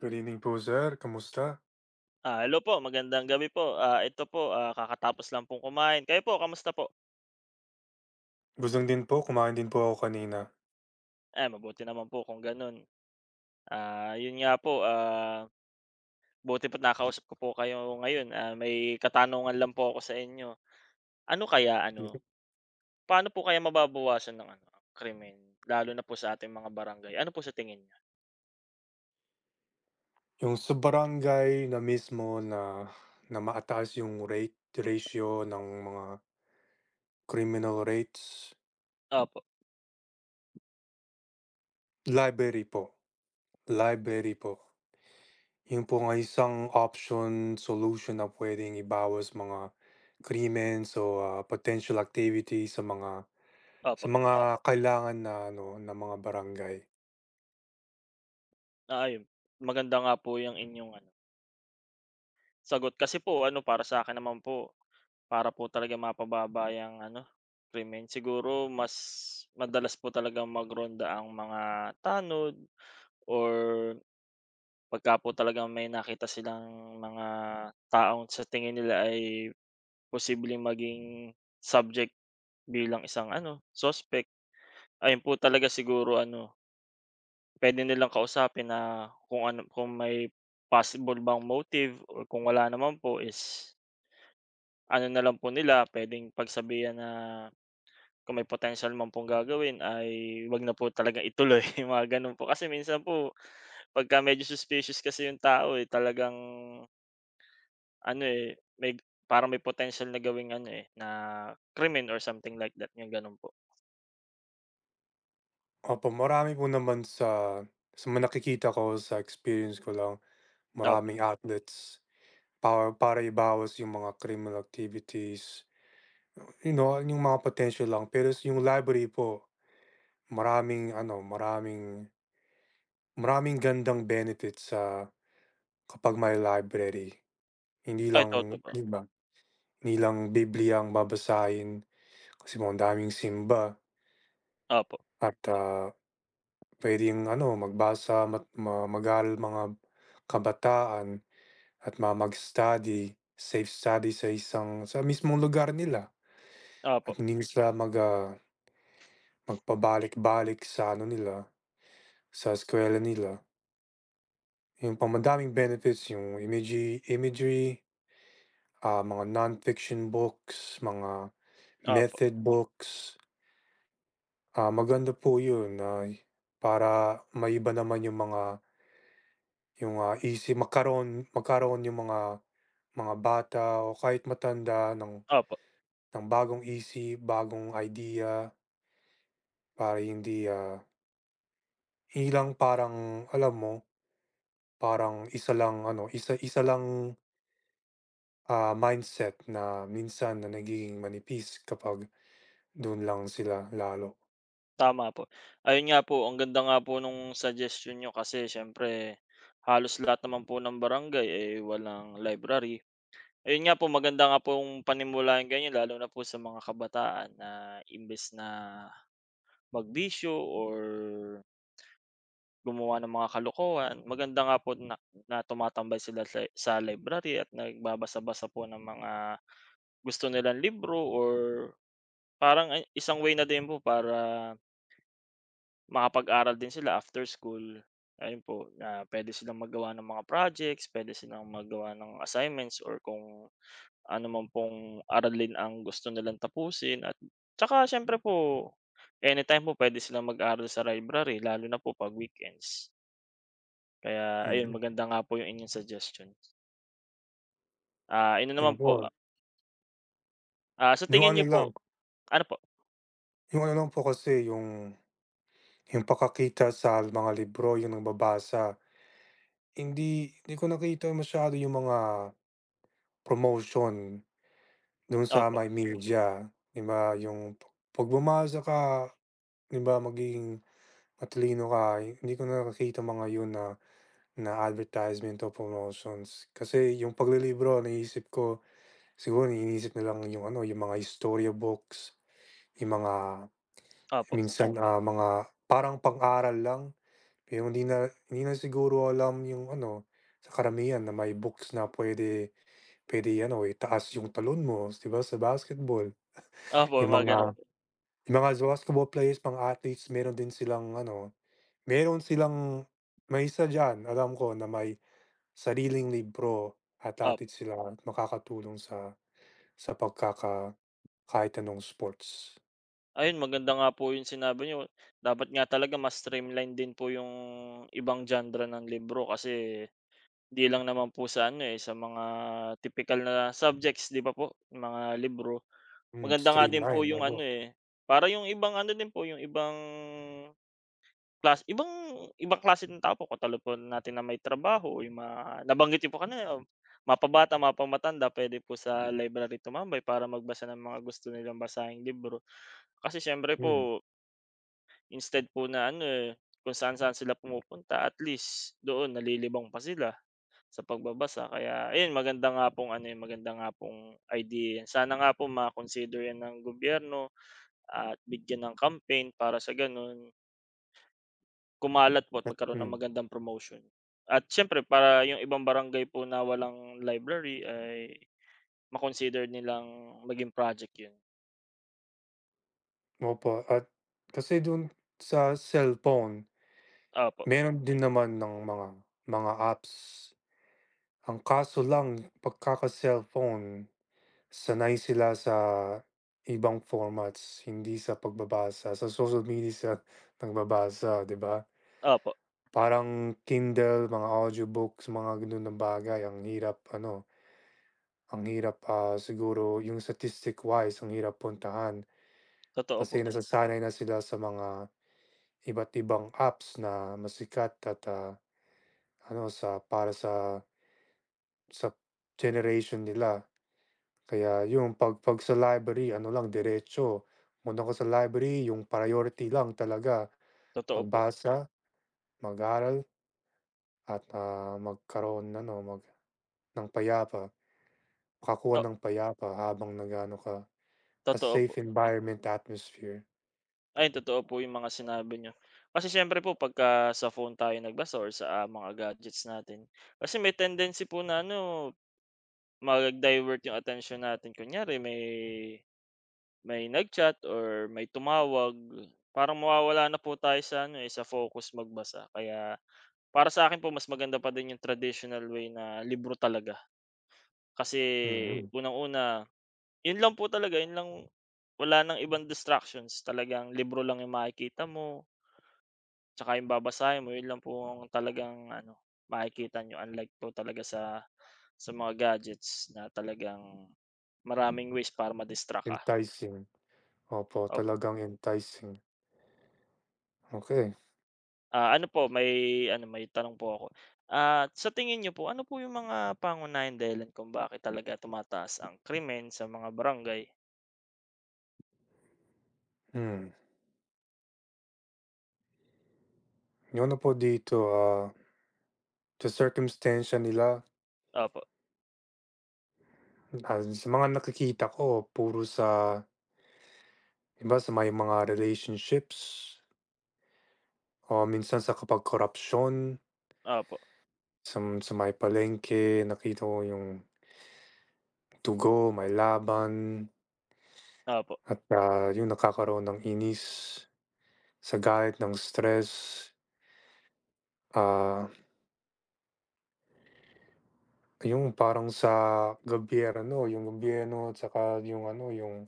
Good evening po sir, kamusta? Hello po, magandang gabi po. Ito po, kakatapos lang pong kumain. Kayo po, kamusta po? Gutom din po, kumain din po ako kanina. Eh, mabuti naman po kung ganun. Yun nga po, buti po't nakausap ko po kayo ngayon. May katanungan lang po ako sa inyo. Ano kaya, ano, Mhm. paano po kaya mababawasan ng ano, ang krimen, lalo na po sa ating mga barangay? Ano po sa tingin niyo? Yung sa barangay na mismo na na mataas yung ratio ng mga criminal rates, Opo, library po, library po. Yun po nga isang option, solution na pwedeng ibawas mga krimen o potential activity sa opo. mga kailangan na ano, na mga barangay. Ayun. Maganda nga po yung inyong ano, sagot. Kasi po, ano, para sa akin naman po, para po talaga mapababa yang ano, krimen. Siguro mas madalas po talagang magronda ang mga tanod or pagka po talagang may nakita silang mga taong sa tingin nila ay posibleng maging subject bilang isang ano, suspect. Ayun po talaga siguro ano, pwede nilang kausapin na kung ano kung may possible bang motive or kung wala naman po is ano na lang po nila, puwedeng pagsabihan na kung may potential man pong gagawin ay wag na po talaga ituloy mga gano'n po. Kasi minsan po pagka medyo suspicious kasi yung tao, eh, talagang ano, eh, may parang may potential na gawing ano, eh, na krimen or something like that, yung gano'n po. Opo, marami po naman sa mga nakikita ko, sa experience ko lang, Opo, maraming outlets para para ibawas yung mga criminal activities, yung mga potential lang. Pero s yung library po, maraming ano, maraming maraming gandang benefits sa kapag may library. Hindi ay lang totoo po. 'di ba, hindi lang Bibliya ang babasahin kasi po daming simba. Opo, At, puwedeng ano, magbasa, mat ma mag-aral mga kabataan at mag-study, safe study sa isang sa mismong lugar nila. At opo, hindi na sila magpabalik-balik sa ano nila, sa eskuwela nila. Yung pa benefits yung imagery imagery, mga fiction books, mga opo, method books. Ah, maganda po yun na para maiba naman yung mga yung, isip magkaroon magkaroon yung mga bata o kahit matanda opo, ng bagong isip, bagong idea para hindi, ilang parang alam mo, parang isa lang ano, isa isa lang, mindset na minsan na nagiging manipis kapag dun lang sila lalo. tama po. Ayun nga po, ang ganda nga po nung suggestion niyo kasi siyempre halos lahat naman po ng barangay, eh, walang library. Ayun nga po, maganda nga pong panimulaan ganyan lalo na po sa mga kabataan na imbes na magbisyo or gumawa ng mga kalokohan, maganda nga po na na tumatambay sila sa library at nagbabasa-basa po ng mga gusto nilang libro or parang ay isang way na din po para makapag-aral din sila after school. Ayun po, na pwede silang magawa ng mga projects, pwede silang magawa ng assignments or kung ano man pong aralin ang gusto nilang tapusin at tsaka siyempre po, anytime po puwede silang mag-aral sa library lalo na po 'pag weekends. Kaya ayun Mm, maganda nga po yung inyong suggestion. Ano naman po, opo. Sa Yung tingin ano niyo lang po ano po? yung ano lang po kasi yung pakakita sa mga libro, yung nababasa. Hindi hindi ko nakita masyado yung mga promotion dun sa Opo, may media, 'di ba? Yung pag bumasa ka, 'di ba, magiging matalino ka, hindi ko nakakita mga yun na na advertisement o promotions. Kasi yung paglilibro naisip ko, siguro iniisip nilang yung ano, yung mga historia storybooks, yung mga opo, minsan, mga parang pang-aral lang. Yung hindi na siguro alam yung ano, sa karamihan na may books na puwede puwede ano, itaas yung talon mo, 'di ba, sa basketball. opo Yung mga gano'n mga po, yung mga basketball players, mga athletes, meron din silang ano, meron silang may isa diyan alam ko na may sariling libro at opo. athletes sila makakatulong sa pagkaka kahit anong sports. Ayun maganda nga po yung sinabi niyo, dapat nga talaga mas streamline din po yung ibang genre ng libro kasi di lang naman po sa ano, eh, sa mga tipikal na subjects 'di ba po, mga libro. Hmm, Maganda nga din streamline, po yung ano, nako. eh, para yung ibang ano din po, yung ibang klase ibang ibang klase ng tao po katulad po natin na may trabaho, yung mga nabanggit niyo po kanina, mapabata, mapamatanda, puwede po sa library tumambay para magbasa ng mga gusto nilang basaheng libro. Kasi siyempre Hmm, po instead po na ano, eh, kung saan-saan sila pumupunta at least doon nalilibang pa sila sa pagbabasa. Kaya ayun maganda nga pong ano, eh, maganda nga pong idea yan. Sana nga po ma-consider yan ng gobyerno at bigyan ng campaign para sa gano'n kumalat po at magkaroon ng hmm. magandang promotion. At siyempre para yung ibang barangay po na walang library ay ma-consider nilang maging project 'yun. Opo, at kasi dun sa cellphone Opo, meron din naman ng mga apps. Ang kaso lang pagkaka-cellphone, sanay sila sa ibang formats, hindi sa pagbabasa. Sa social media sila nagbabasa, 'di ba? opo, Parang Kindle, mga audiobooks, mga gano'n na bagay, ang hirap ano, ang hirap, siguro yung statistic wise ang hirap puntahan. totoo Kasi po, nasasanay na sila sa mga iba't ibang apps na masikat sikat at, ano sa para sa sa generation nila. Kaya yung 'pag sa library ano lang diretso, punta ka sa library yung priority lang talaga totoo po, magbasa, mag-aral at, magkaroon ano mag ng payapa, makakuha to ng payapa habang nagano ka. A totoo po. safe environment atmosphere. Ay totoo po yung mga sinabi niyo. Kasi siyempre po pagka sa phone tayo nagbasa or sa, mga gadgets natin, kasi may tendency po na ano, mag-divert yung attention natin. Kunyari may nag-chat or may tumawag, parang mawawala na po tayo sa ano, eh, sa focus magbasa kaya para sa akin po mas maganda pa din yung traditional way na libro talaga. Kasi Mm, unang-una, yun lang po talaga, yun lang wala ng ibang distractions, talagang libro lang yung makikita mo, tsaka yung babasahin mo, yun lang po ang talagang ano, makikita niyo unlike po talaga sa mga gadgets na talagang maraming ways para ma-distract ka, enticing. Opo, opo. talagang enticing. Okay. Ano po may ano, may tanong po ako. Sa tingin niyo po ano po yung mga pangunahing dahilan kung bakit talaga tumataas ang krimen sa mga barangay? Hmm, yung ano po dito, sa circumstance nila. Opo, Ah, sa mga nakikita ko puro sa iba sa may mga relationships o minsan sa kapag korapsyon, opo, sam sa may palengke nakita ko yung dugo, may laban opo. at, yung nagkakaroon ng inis sa galit ng stress. Ah, yung parang sa gobyerno, yung gobyerno at saka yung ano,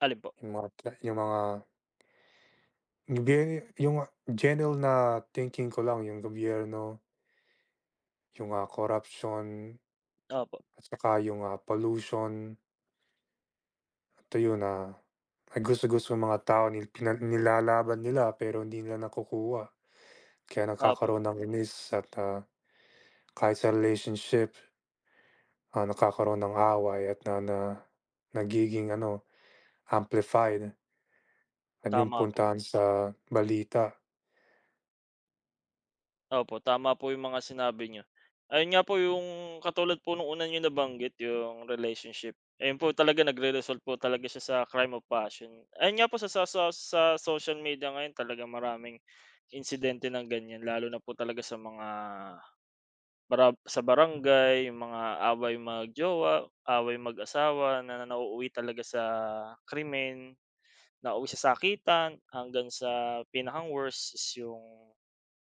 Alin po? yung mga ta yung mga gobyerno yung general na thinking ko lang yung gobyerno. Yung, corruption Opo, at saka yung, pollution at ayun, ay gusto-gusto ng mga tao nil pina nilalaban nila pero hindi nila nakukuha kaya opo, nakakaroon ng inis at, kahit sa relationship, nakakaroon ng away at na na nagiging ano, amplified at yung tama po. puntahan sa balita. Opo, tama po yung mga sinabi niyo. Ayun nga po yung katulad po nung una niyo nabanggit yung relationship. Ayun po talaga nagre-result po talaga siya sa crime of passion. Ayun nga po sa social media ngayon talaga maraming insidente ng ganyan lalo na po talaga sa mga para sa barangay, yung mga away mag-jowa, away mag-asawa na nauuwi talaga sa krimen, nauuwi sa sakitan, hanggang sa pinakang-worst is yung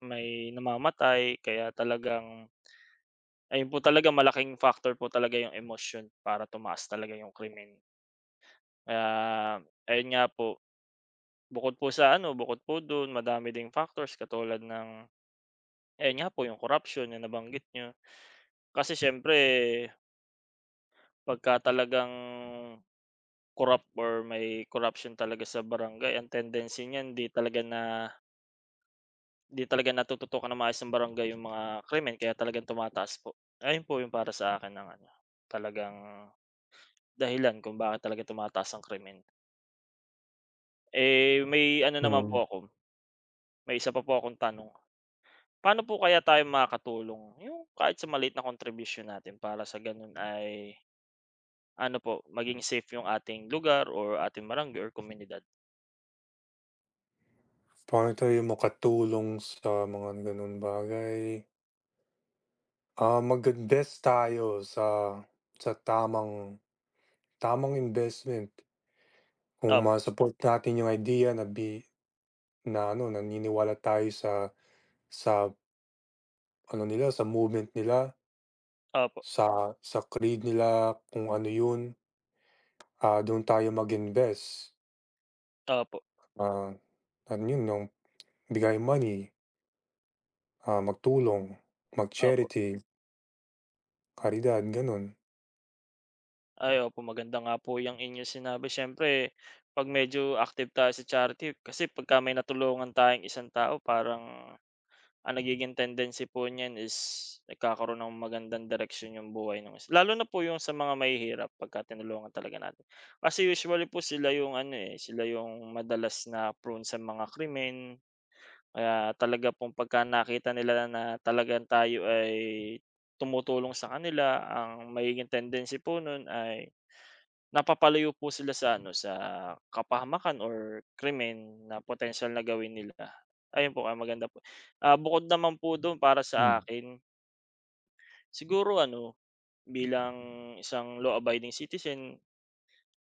may namamatay. Kaya talagang ayun po talaga malaking factor po talaga yung emotion para tumaas talaga yung krimen. Kaya ayun nga po, bukod po dun madami ding factors katulad ng ayun nga po yung corruption na nabanggit niyo. Kasi siyempre pagka talagang corrupt or may corruption talaga sa barangay ang tendency niyan 'di talaga natututukan ng maayos ng barangay yung mga krimen kaya talagang tumataas po. Ayun po yung para sa akin ang ano, talagang dahilan kung bakit talaga tumataas ang krimen. Eh, Mm. May isa pa po akong tanong. Paano po kaya tayo makakatulong yung kahit sa maliit na contribution natin para sa gano'n ay ano po, maging safe yung ating lugar or ating barangay or komunidad? Paano tayo makatulong sa mga gano'ng bagay? Ah, mag-invest tayo sa tamang tamang investment. Kung Opo, ma-support natin yung idea na bi na ano, naniniwala tayo sa ano nila, sa movement nila, opo, sa creed nila, kung ano yun, dun tayo mag-invest. opo, Ah, ano yun, yung bigay money, magtulong, opo. mag-charity, karidad, ganun. Ay, opo, maganda nga po yang inyong sinabi. Siyempre, 'pag medyo active tayo sa charity kasi pagka may natulungan tayong isang tao parang ang nagiging tendency po niyan is nagkakaroon ng magandang direksyon yung buhay ng isa lalo na po yung sa mga mahihirap pagka tinulungan talaga natin. Kasi usually po sila yung ano, eh, sila yung madalas na prone sa mga krimen, kaya talaga pong pagka nakita nila na talagang tayo ay tumutulong sa kanila, ang magiging tendency po nun ay napapalayo po sila sa ano, sa kapahamakan or krimen na potensyal na gawin nila. Ayun po, maganda po. Bukod naman po dun para Hmm, sa akin, siguro ano, bilang isang law-abiding citizen,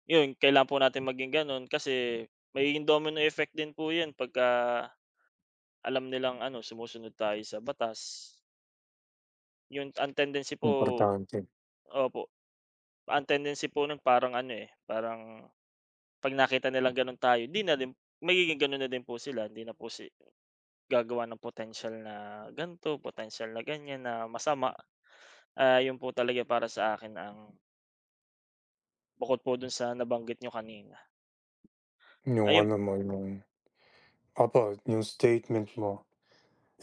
yun kailangan po natin maging ganun kasi may domino effect din po yun pagka alam nilang ano, sumusunod tayo sa batas. Yun ang tendency po importante. opo, ang tendency po nun parang ano, eh, parang 'pag nakita nilang gano'n tayo di na din magiging gano'n na din po sila hindi na po gagawa ng potential na gan'to, potential na ganyan na masama. 'Yun po talaga para sa akin ang bukod po dun sa nabanggit niyo kanina. Yung Ayun ano mo, yung apa yung statement mo.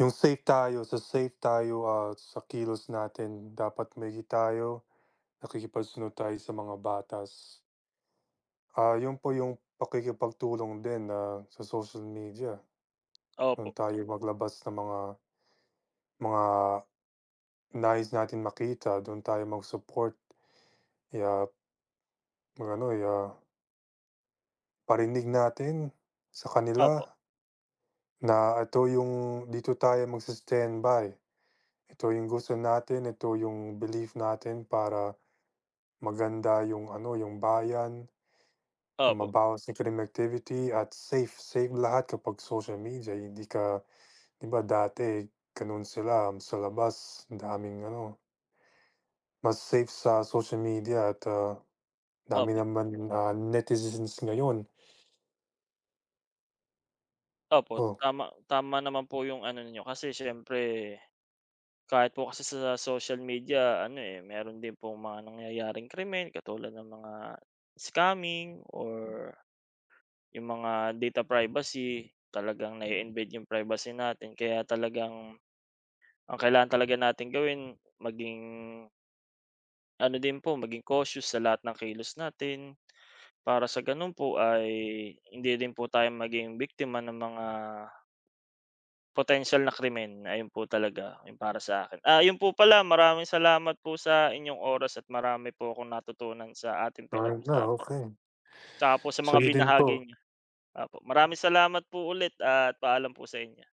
Yung safe tayo, sa safe tayo, sa kilos natin dapat maigi tayo, nakikipagsunod tayo sa mga batas. Ah, yun po yung pakikipagtulong din na sa social media. Doon opo, tayo maglabas ng mga nais natin makita, doon tayo mag-support. Iya mag-ano, iya parinig natin sa kanila opo, na ito yung dito tayo magsi-standby. Ito yung gusto natin, ito yung belief natin para maganda yung ano, yung bayan, ang opo, mabawas sa crime activity at safe, safe lahat kapag social media hindi ka 'di ba dati gano'n sila sa labas, ang daming ano, mas safe sa social media at, dami opo, naman, netizens ngayon. opo, Oh, tama, tama naman po 'yung ano ninyo kasi siyempre kahit po kasi sa social media ano, eh, meron din po mga nangyayaring krimen katulad ng mga scamming or yung mga data privacy, talagang na embed yung privacy natin kaya talagang ang kailangan talaga natin gawin maging ano din po, maging cautious sa lahat ng kilos natin para sa ganun po ay hindi din po tayo maging biktima ng mga potential na krimen. Ayun po talaga yung para sa akin. Yun po pala maraming salamat po sa inyong oras at marami po akong natutunan sa ating ayun na, pinag-usapan, okey. tsaka po sa mga Sa'yo din po. binahagi niya. Opo, maraming salamat po ulit at paalam po sa inyo.